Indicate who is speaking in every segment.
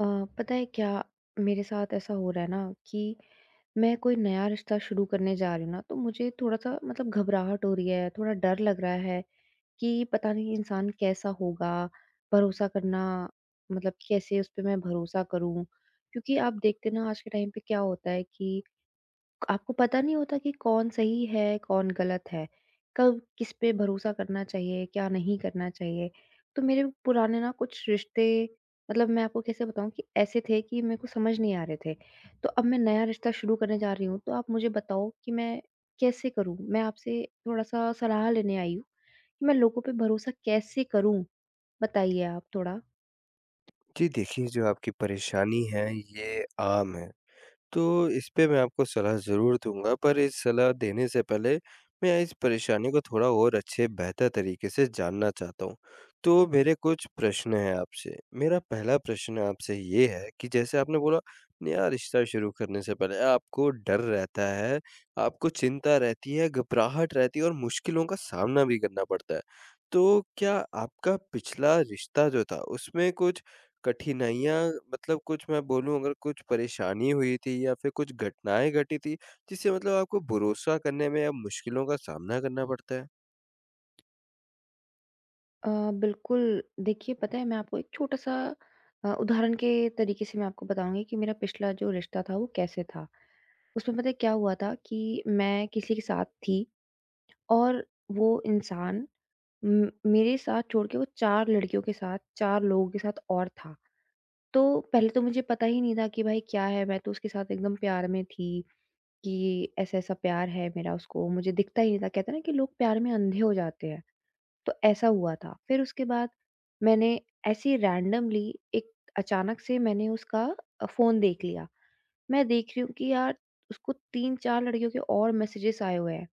Speaker 1: अ, पता है क्या? मेरे साथ ऐसा हो रहा है ना, कि मैं कोई नया रिश्ता शुरू करने जा रही हूँ ना, तो मुझे थोड़ा सा मतलब घबराहट हो रही है, थोड़ा डर लग रहा है कि पता नहीं इंसान कैसा होगा। भरोसा करना मतलब कैसे उस पे मैं भरोसा करूँ? क्योंकि आप देखते ना आज के टाइम पे क्या होता है कि आपको पता नहीं होता कि कौन सही है, कौन गलत है, कब किस पे भरोसा करना चाहिए, क्या नहीं करना चाहिए। तो मेरे पुराने ना कुछ रिश्ते, मतलब मैं आपको कैसे बताऊँ कि ऐसे थे कि मेरे को समझ नहीं आ रहे थे। तो अब मैं नया रिश्ता शुरू करने जा रही हूँ, तो आप मुझे बताओ कि मैं कैसे करूँ? मैं आपसे थोड़ा-सा सलाह लेने आई हूँ कि मैं लोगों पे भरोसा कैसे करूँ? बताइए आप थोड़ा।
Speaker 2: जी देखिए, जो आपकी परेशानी है ये आम है, तो इस पे मैं आपको सलाह ज़रूर दूँगा पर इस सलाह देने से पहले मैं इस परेशानी को थोड़ा और अच्छे बेहतर तरीके से जानना चाहता हूँ। तो मेरे कुछ प्रश्न हैं आपसे। मेरा पहला प्रश्न आपसे ये है कि जैसे आपने बोला, नया रिश्ता शुरू करने से पहले आपको डर रहता है, आपको चिंता रहती है, घबराहट रहती है और मुश्किलों का सामना भी करना पड़ता है। तो क्या आपका पिछला रिश्ता जो था, उसमें कुछ कठिनाइयाँ, मतलब कुछ, मैं बोलूँ अगर, कुछ परेशानी हुई थी या फिर कुछ घटनाएँ घटी थी, जिससे मतलब आपको भरोसा करने में या मुश्किलों का सामना करना पड़ता है?
Speaker 1: बिल्कुल। देखिए पता है, मैं आपको एक छोटा-सा उदाहरण के तरीके से मैं आपको बताऊँगी कि मेरा पिछला जो रिश्ता था वो कैसे था। उसमें पता है क्या हुआ था कि मैं किसी के साथ थी, और वो इंसान मेरे साथ छोड़ के वो 4 लड़कियों के साथ, 4 लोगों के साथ और था। तो पहले तो मुझे पता ही नहीं था कि भाई क्या है, मैं तो उसके साथ एकदम प्यार में थी कि ऐसा-ऐसा प्यार है मेरा उसको, मुझे दिखता ही नहीं था। कहते हैं ना कि लोग प्यार में अंधे हो जाते हैं। तो ऐसा हुआ था। फिर उसके बाद मैंने ऐसे ही रैंडमली एक अचानक से मैंने उसका फ़ोन देख लिया। मैं देख रही हूँ कि यार, उसको 3-4 लड़कियों के और मैसेजेस आए हुए हैं,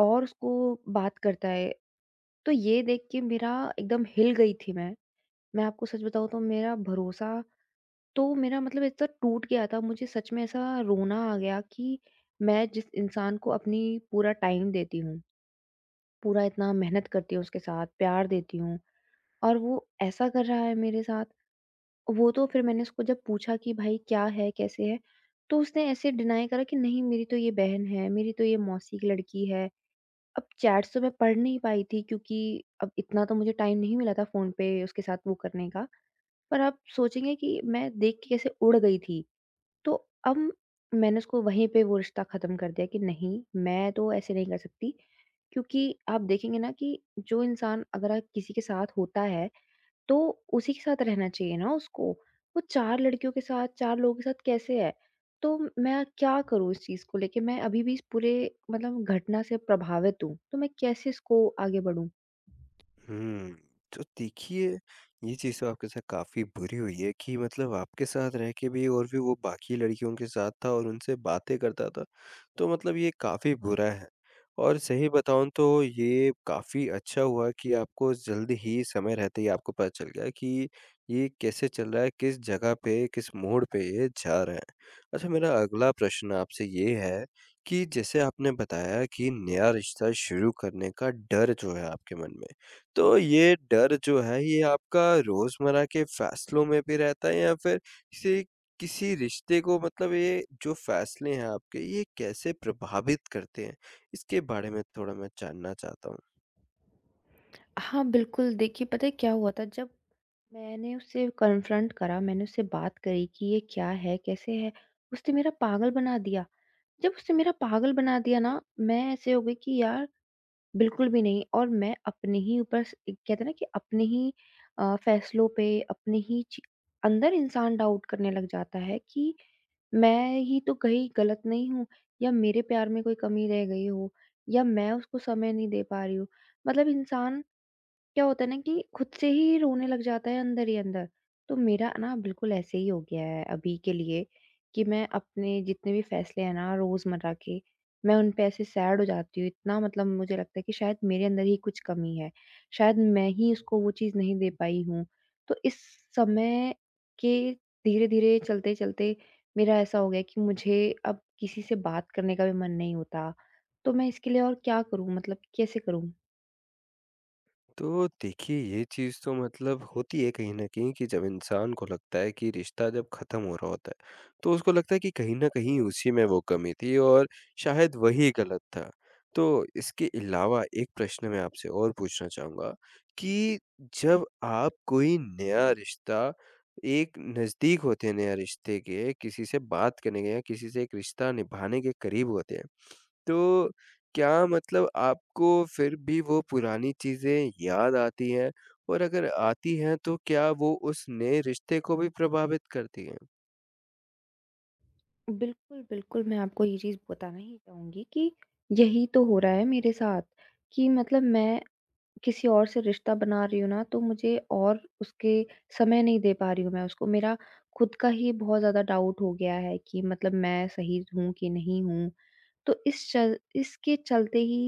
Speaker 1: और उसको बात करता है। तो ये देख के मेरा एकदम हिल गई थी मैं। मैं आपको सच बताऊँ तो मेरा भरोसा, तो मेरा मतलब इतना टूट गया था, मुझे सच में ऐसा रोना आ गया कि मैं जिस इंसान को अपनी पूरा टाइम देती हूँ, पूरा इतना मेहनत करती हूँ उसके साथ, प्यार देती हूँ, और वो ऐसा कर रहा है मेरे साथ। वो तो फिर मैंने उसको जब पूछा कि भाई क्या है, कैसे है? तो उसने ऐसे डिनाई करा कि नहीं, मेरी तो ये बहन है, मेरी तो ये मौसी की लड़की है। अब चैट्स तो मैं पढ़ नहीं पाई थी, क्योंकि अब इतना तो मुझे टाइम नहीं मिला था फ़ोन पे उसके साथ वो करने का। पर आप सोचेंगे कि मैं देख के कैसे उड़ गई थी। तो अब मैंने उसको वहीं पे वो रिश्ता ख़त्म कर दिया कि नहीं, मैं तो ऐसे नहीं कर सकती। क्योंकि आप देखेंगे ना कि जो इंसान अगर आप किसी के साथ होता है, तो उसी के साथ रहना चाहिए ना उसको। वो 4 लड़कियों के साथ, 4 लोगों के साथ कैसे है? तो मैं क्या करूँ इस चीज़ को लेके? मैं अभी भी इस पूरे मतलब घटना से प्रभावित हूँ। तो मैं कैसे इसको आगे बढ़ूँ?
Speaker 2: हुँ। तो देखिए, ये चीज़ तो आपके साथ काफ़ी बुरी हुई है कि मतलब आपके साथ रह के भी और भी वो बाकी लड़कियों के साथ था और उनसे बातें करता था। तो मतलब ये काफ़ी बुरा है और सही बताऊँ तो ये काफ़ी अच्छा हुआ कि आपको जल्द ही, समय रहते ही आपको पता चल गया कि ये कैसे चल रहा है, किस जगह पे, किस मोड़ पे ये जा रहा है। अच्छा, मेरा अगला प्रश्न आपसे ये है कि जैसे आपने बताया कि नया रिश्ता शुरू करने का डर जो है आपके मन में, तो ये डर जो है, ये आपका रोज़मर्रा के फ़ैसलों में भी रहता है या फिर किसी किसी रिश्ते को, मतलब ये जो फ़ैसले हैं आपके, ये कैसे प्रभावित करते हैं? इसके बारे में थोड़ा मैं जानना चाहता हूँ।
Speaker 1: हाँ, बिल्कुल। देखिए पता है क्या हुआ था जब मैंने उससे कन्फ्रंट करा, मैंने उससे बात करी कि ये क्या है? कैसे है? उसने मेरा पागल बना दिया। जब उसने मेरा पागल बना दिया ना, मैं ऐसे हो गई कि यार बिल्कुल भी नहीं, और मैं अपने ही ऊपर स कहते हैं ना कि अपने ही फैसलों पे अपने ही ची अंदर इंसान डाउट करने लग जाता है कि मैं ही तो कहीं गलत नहीं हूँ, या मेरे प्यार में कोई कमी रह गई हो, या मैं उसको समय नहीं दे पा रही हूँ। मतलब इंसान क्या होता है ना, कि खुद से ही रोने लग जाता है अंदर ही अंदर। तो मेरा ना बिल्कुल ऐसे ही हो गया है अभी के लिए कि मैं अपने जितने भी फैसले हैं ना रोज़मर्रा के, मैं उन पे ऐसे सैड हो जाती हूँ। इतना मतलब मुझे लगता है कि शायद मेरे अंदर ही कुछ कमी है। शायद मैं ही उसको वो चीज़ नहीं दे पाई हूँ। तो इस समय के धीरे-धीरे, चलते-चलते मेरा ऐसा हो गया है कि मुझे अब किसी से बात करने का भी मन नहीं होता। तो मैं इसके लिए और क्या करूँ, मतलब कैसे करूँ?
Speaker 2: तो देखिए, ये चीज़ तो मतलब होती है कहीं न कहीं कि जब इंसान को लगता है कि रिश्ता जब ख़त्म हो रहा होता है, तो उसको लगता है कि कहीं न कहीं उसी में वो कमी थी और शायद वही गलत था। तो इसके अलावा एक प्रश्न मैं आपसे और पूछना चाहूँगा कि जब आप कोई नया रिश्ता, एक नज़दीक होते हैं नया रिश्ते के, किसी से बात करने के या किसी से एक रिश्ता निभाने के करीब होते हैं, तो क्या मतलब आपको फिर भी वो पुरानी चीज़ें याद आती हैं? और अगर आती हैं तो क्या वो उस नए रिश्ते को भी प्रभावित करती हैं?
Speaker 1: बिल्कुल, बिल्कुल, मैं आपको ये चीज़ बताना ही चाहूँगी कि यही तो हो रहा है मेरे साथ, कि मतलब मैं किसी और से रिश्ता बना रही हूँ ना, तो मुझे और उसके समय नहीं दे पा रही हूँ मैं उसको। मेरा खुद का ही बहुत ज़्यादा डाउट हो गया है कि मतलब मैं सही हूँ कि नहीं हूँ? तो इस चल इसके चलते ही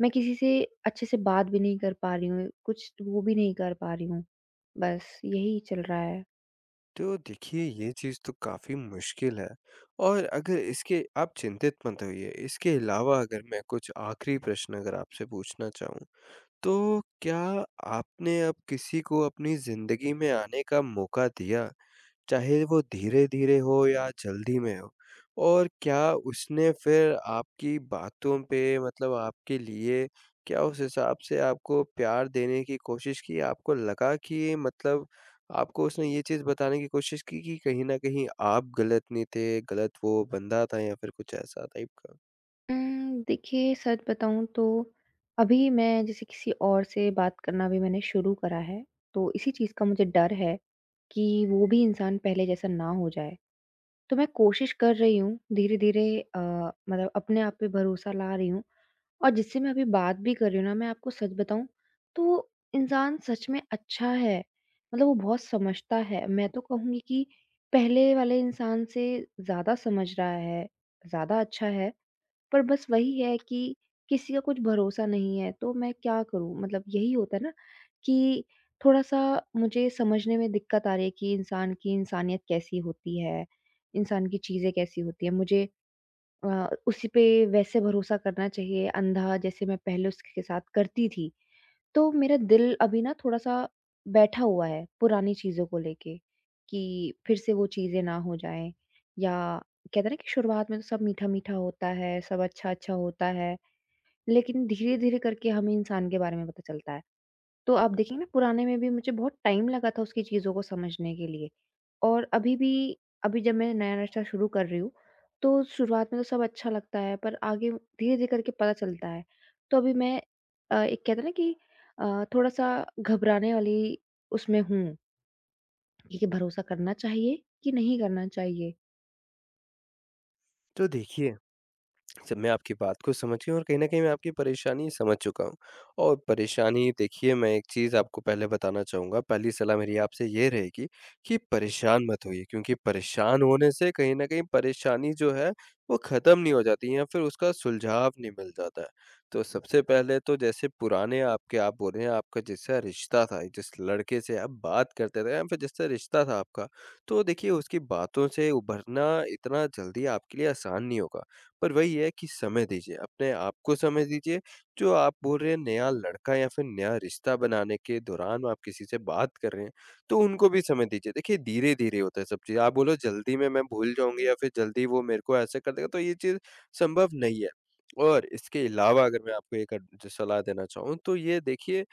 Speaker 1: मैं किसी से अच्छे से बात भी नहीं कर पा रही हूँ, कुछ वो भी नहीं कर पा रही हूँ। बस यही चल रहा है।
Speaker 2: तो देखिए, ये चीज़ तो काफ़ी मुश्किल है और अगर इसके, आप चिंतित मत होइए। इसके अलावा अगर मैं कुछ आखिरी प्रश्न अगर आपसे पूछना चाहूँ, तो क्या आपने अब किसी को अपनी ज़िंदगी में आने का मौका दिया? चाहे वो धीरे-धीरे हो या जल्दी में हो? और क्या उसने फिर आपकी बातों पे, मतलब आपके लिए, क्या उस हिसाब से आपको प्यार देने की कोशिश की? आपको लगा कि मतलब आपको उसने ये चीज़ बताने की कोशिश की कि कहीं न कहीं आप गलत नहीं थे, गलत वो बंदा था या फिर कुछ ऐसा टाइप का?
Speaker 1: देखिए सच बताऊँ तो अभी मैं जैसे किसी और से बात करना भी मैंने शुरू करा है, तो इसी चीज़ का मुझे डर है कि वो भी इंसान पहले जैसा ना हो जाए। तो मैं कोशिश कर रही हूँ धीरे-धीरे, अ, मतलब अपने आप पे भरोसा ला रही हूँ, और जिससे मैं अभी बात भी कर रही हूँ ना, मैं आपको सच बताऊँ तो इंसान सच में अच्छा है, मतलब वो बहुत समझता है। मैं तो कहूँगी कि पहले वाले इंसान से ज़्यादा समझ रहा है, ज़्यादा अच्छा है। पर बस वही है कि किसी का कुछ भरोसा नहीं है, तो मैं क्या करूँ? मतलब यही होता है ना कि थोड़ा-सा मुझे समझने में दिक्कत आ रही है कि इंसान की इंसानियत कैसी होती है, इंसान की चीज़ें कैसी होती हैं। मुझे उसी पे वैसे भरोसा करना चाहिए अंधा, जैसे मैं पहले उसके साथ करती थी। तो मेरा दिल अभी ना थोड़ा-सा बैठा हुआ है पुरानी चीज़ों को लेके, कि फिर से वो चीज़ें ना हो जाएँ। या कहते हैं ना कि शुरुआत में तो सब मीठा-मीठा होता है, सब अच्छा-अच्छा होता है, लेकिन धीरे-धीरे करके हमें इंसान के बारे में पता चलता है। तो आप देखेंगे ना, पुराने में भी मुझे बहुत टाइम लगा था उसकी चीज़ों को समझने के लिए। और अभी भी, अभी जब मैं नया नाश्ता शुरू कर रही हूँ, तो शुरुआत में तो सब अच्छा लगता है, पर आगे धीरे-धीरे करके पता चलता है। तो अभी मैं एक, कहते हैं ना कि थोड़ा-सा घबराने वाली उसमें हूँ कि भरोसा करना चाहिए कि नहीं करना चाहिए?
Speaker 2: तो देखिए, सब मैं आपकी बात को समझ गया और कहीं न कहीं मैं आपकी परेशानी समझ चुका हूँ। और परेशानी, देखिए, मैं एक चीज़ आपको पहले बताना चाहूँगा, पहली सलाह मेरी आपसे ये रहेगी कि परेशान मत होइए, क्योंकि परेशान होने से कहीं न कहीं परेशानी जो है वो ख़त्म नहीं हो जाती या फिर उसका सुलझाव नहीं मिल जाता है। तो सबसे पहले तो जैसे पुराने आपके, आप बोल रहे हैं आपका जैसा रिश्ता था, जिस लड़के से आप बात करते थे या फिर जिससे रिश्ता था आपका, तो देखिए, उसकी बातों से उभरना इतना जल्दी आपके लिए आसान नहीं होगा। पर वही है कि समय दीजिए, अपने आप को समय दीजिए, जो आप बोल रहे हैं नया लड़का या फिर नया रिश्ता बनाने के दौरान आप किसी से बात कर रहे हैं, तो उनको भी समय दीजिए। देखिए, धीरे-धीरे होता है सब चीज़, आप बोलो जल्दी में मैं भूल जाऊँगी या फिर जल्दी वो मेरे को ऐसे कर देगा, तो ये चीज़ संभव नहीं है। और इसके अलावा अगर मैं आपको एक अड ज सलाह देना चाहूँ, तो ये देखिए,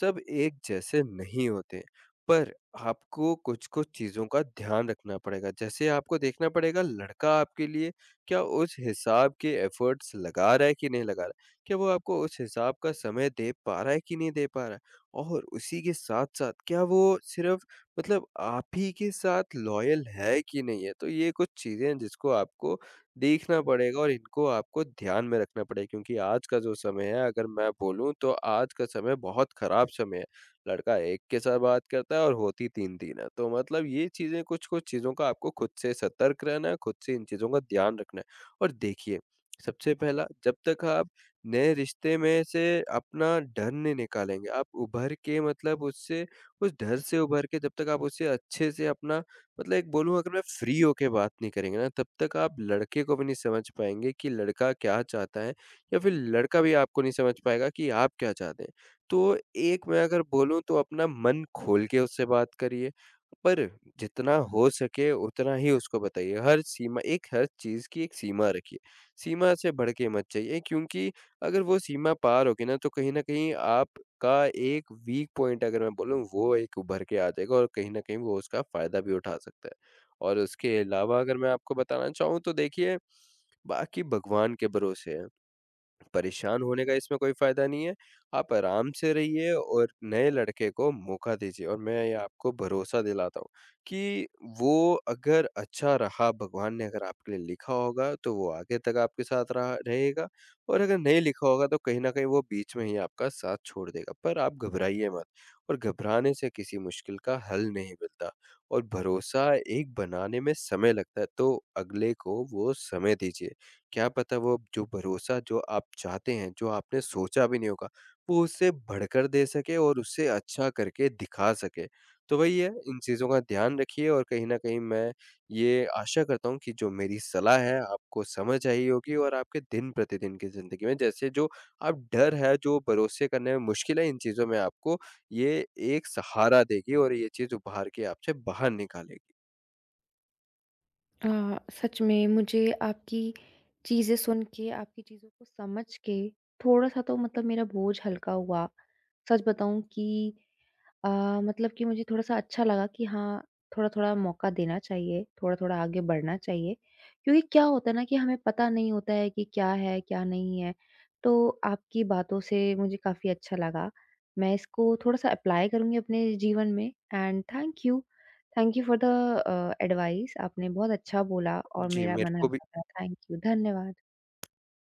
Speaker 2: सब एक जैसे नहीं होते, पर आपको कुछ-कुछ चीज़ों का ध्यान रखना पड़ेगा। जैसे आपको देखना पड़ेगा, लड़का आपके लिए क्या उस हिसाब के एफ़र्ट्स लगा रहा है कि नहीं लगा रहा है? क्या वो आपको उस हिसाब का समय दे पा रहा है कि नहीं दे पा रहा है? और उसी के साथ-साथ क्या वो सिर्फ़ मतलब आप ही के साथ लॉयल है कि नहीं है? तो ये कुछ चीज़ें हैं जिसको आपको देखना पड़ेगा और इनको आपको ध्यान में रखना पड़ेगा, क्योंकि आज का जो समय है, अगर मैं बोलूँ तो आज का समय बहुत खराब समय है। लड़का एक के साथ बात करता है और होती 3-3 है। तो मतलब ये चीज़ें, कुछ-कुछ चीज़ों का आपको खुद से सतर्क रहना है, खुद से इन चीज़ों का ध्यान रखना है। और देखिए, सबसे पहला, जब तक आप नए रिश्ते में से अपना डर नहीं निकालेंगे, आप उभर के, मतलब उससे, उस डर से उभर के, जब तक आप उससे अच्छे से अपना, मतलब एक बोलूँ अगर मैं, फ्री होके बात नहीं करेंगे ना, तब तक आप लड़के को भी नहीं समझ पाएँगे कि लड़का क्या चाहता है या फिर लड़का भी आपको नहीं समझ पाएगा कि आप क्या चाहते हैं। तो एक, मैं अगर बोलूँ, तो अपना मन खोल के उससे बात करिए, पर जितना हो सके उतना ही उसको बताइए। हर चीज़ की एक सीमा रखिए, सीमा से बढ़ के मत जाइए, क्योंकि अगर वो सीमा पार होगी ना, तो कहीं न कहीं आपका एक वीक पॉइंट, अगर मैं बोलूँ, वो एक उभर के आ जाएगा और कहीं न कहीं वो उसका फ़ायदा भी उठा सकता है। और उसके अलावा अगर मैं आपको बताना चाहूँ, तो देखिए, बाकी भगवान के भरोसे है। परेशान होने का इसमें कोई फ़ायदा नहीं है, आप आराम से रहिए और नए लड़के को मौका दीजिए, और मैं ये आपको भरोसा दिलाता हूँ कि वो अगर अच्छा रहा, भगवान ने अगर आपके लिए लिखा होगा, तो वो आगे तक आपके साथ रहा रहेगा, और अगर नहीं लिखा होगा, तो कहीं न कहीं वो बीच में ही आपका साथ छोड़ देगा। पर आप घबराइए मत, और घबराने से किसी मुश्किल का हल नहीं मिलता, और भरोसा एक बनाने में समय लगता है, तो अगले को वो समय दीजिए। क्या पता वो जो भरोसा जो आप चाहते हैं, जो आपने सोचा भी नहीं होगा, वो उससे बढ़कर दे सके और उससे अच्छा करके दिखा सके। तो वही है, इन चीज़ों का ध्यान रखिए, और कहीं न कहीं मैं ये आशा करता हूँ कि जो मेरी सलाह है आपको समझ आई होगी और आपके दिन-प्रतिदिन की ज़िंदगी में जैसे जो आप डर है, जो भरोसे करने में मुश्किल है, इन चीज़ों में आपको ये एक सहारा देगी और ये चीज़ उभार के आपसे बाहर निकालेगी।
Speaker 1: सच में मुझे आपकी चीज़ें सुन के, आपकी चीज़ों को समझ के थोड़ा-सा तो मतलब मेरा बोझ हल्का हुआ। सच बताऊँ कि अ, मतलब कि मुझे थोड़ा-सा अच्छा लगा कि हाँ, थोड़ा-थोड़ा मौका देना चाहिए, थोड़ा-थोड़ा आगे बढ़ना चाहिए। क्योंकि क्या होता है ना कि हमें पता नहीं होता है कि क्या है, क्या नहीं है। तो आपकी बातों से मुझे काफ़ी अच्छा लगा। मैं इसको थोड़ा-सा अप्लाई करूँगी अपने जीवन में। And thank you. Thank you for the advice, आपने बहुत अच्छा बोला, और
Speaker 2: जी,
Speaker 1: मेरा
Speaker 2: मेरे
Speaker 1: मन
Speaker 2: को भी
Speaker 1: हल्का हुआ। थैंक यू, धन्यवाद।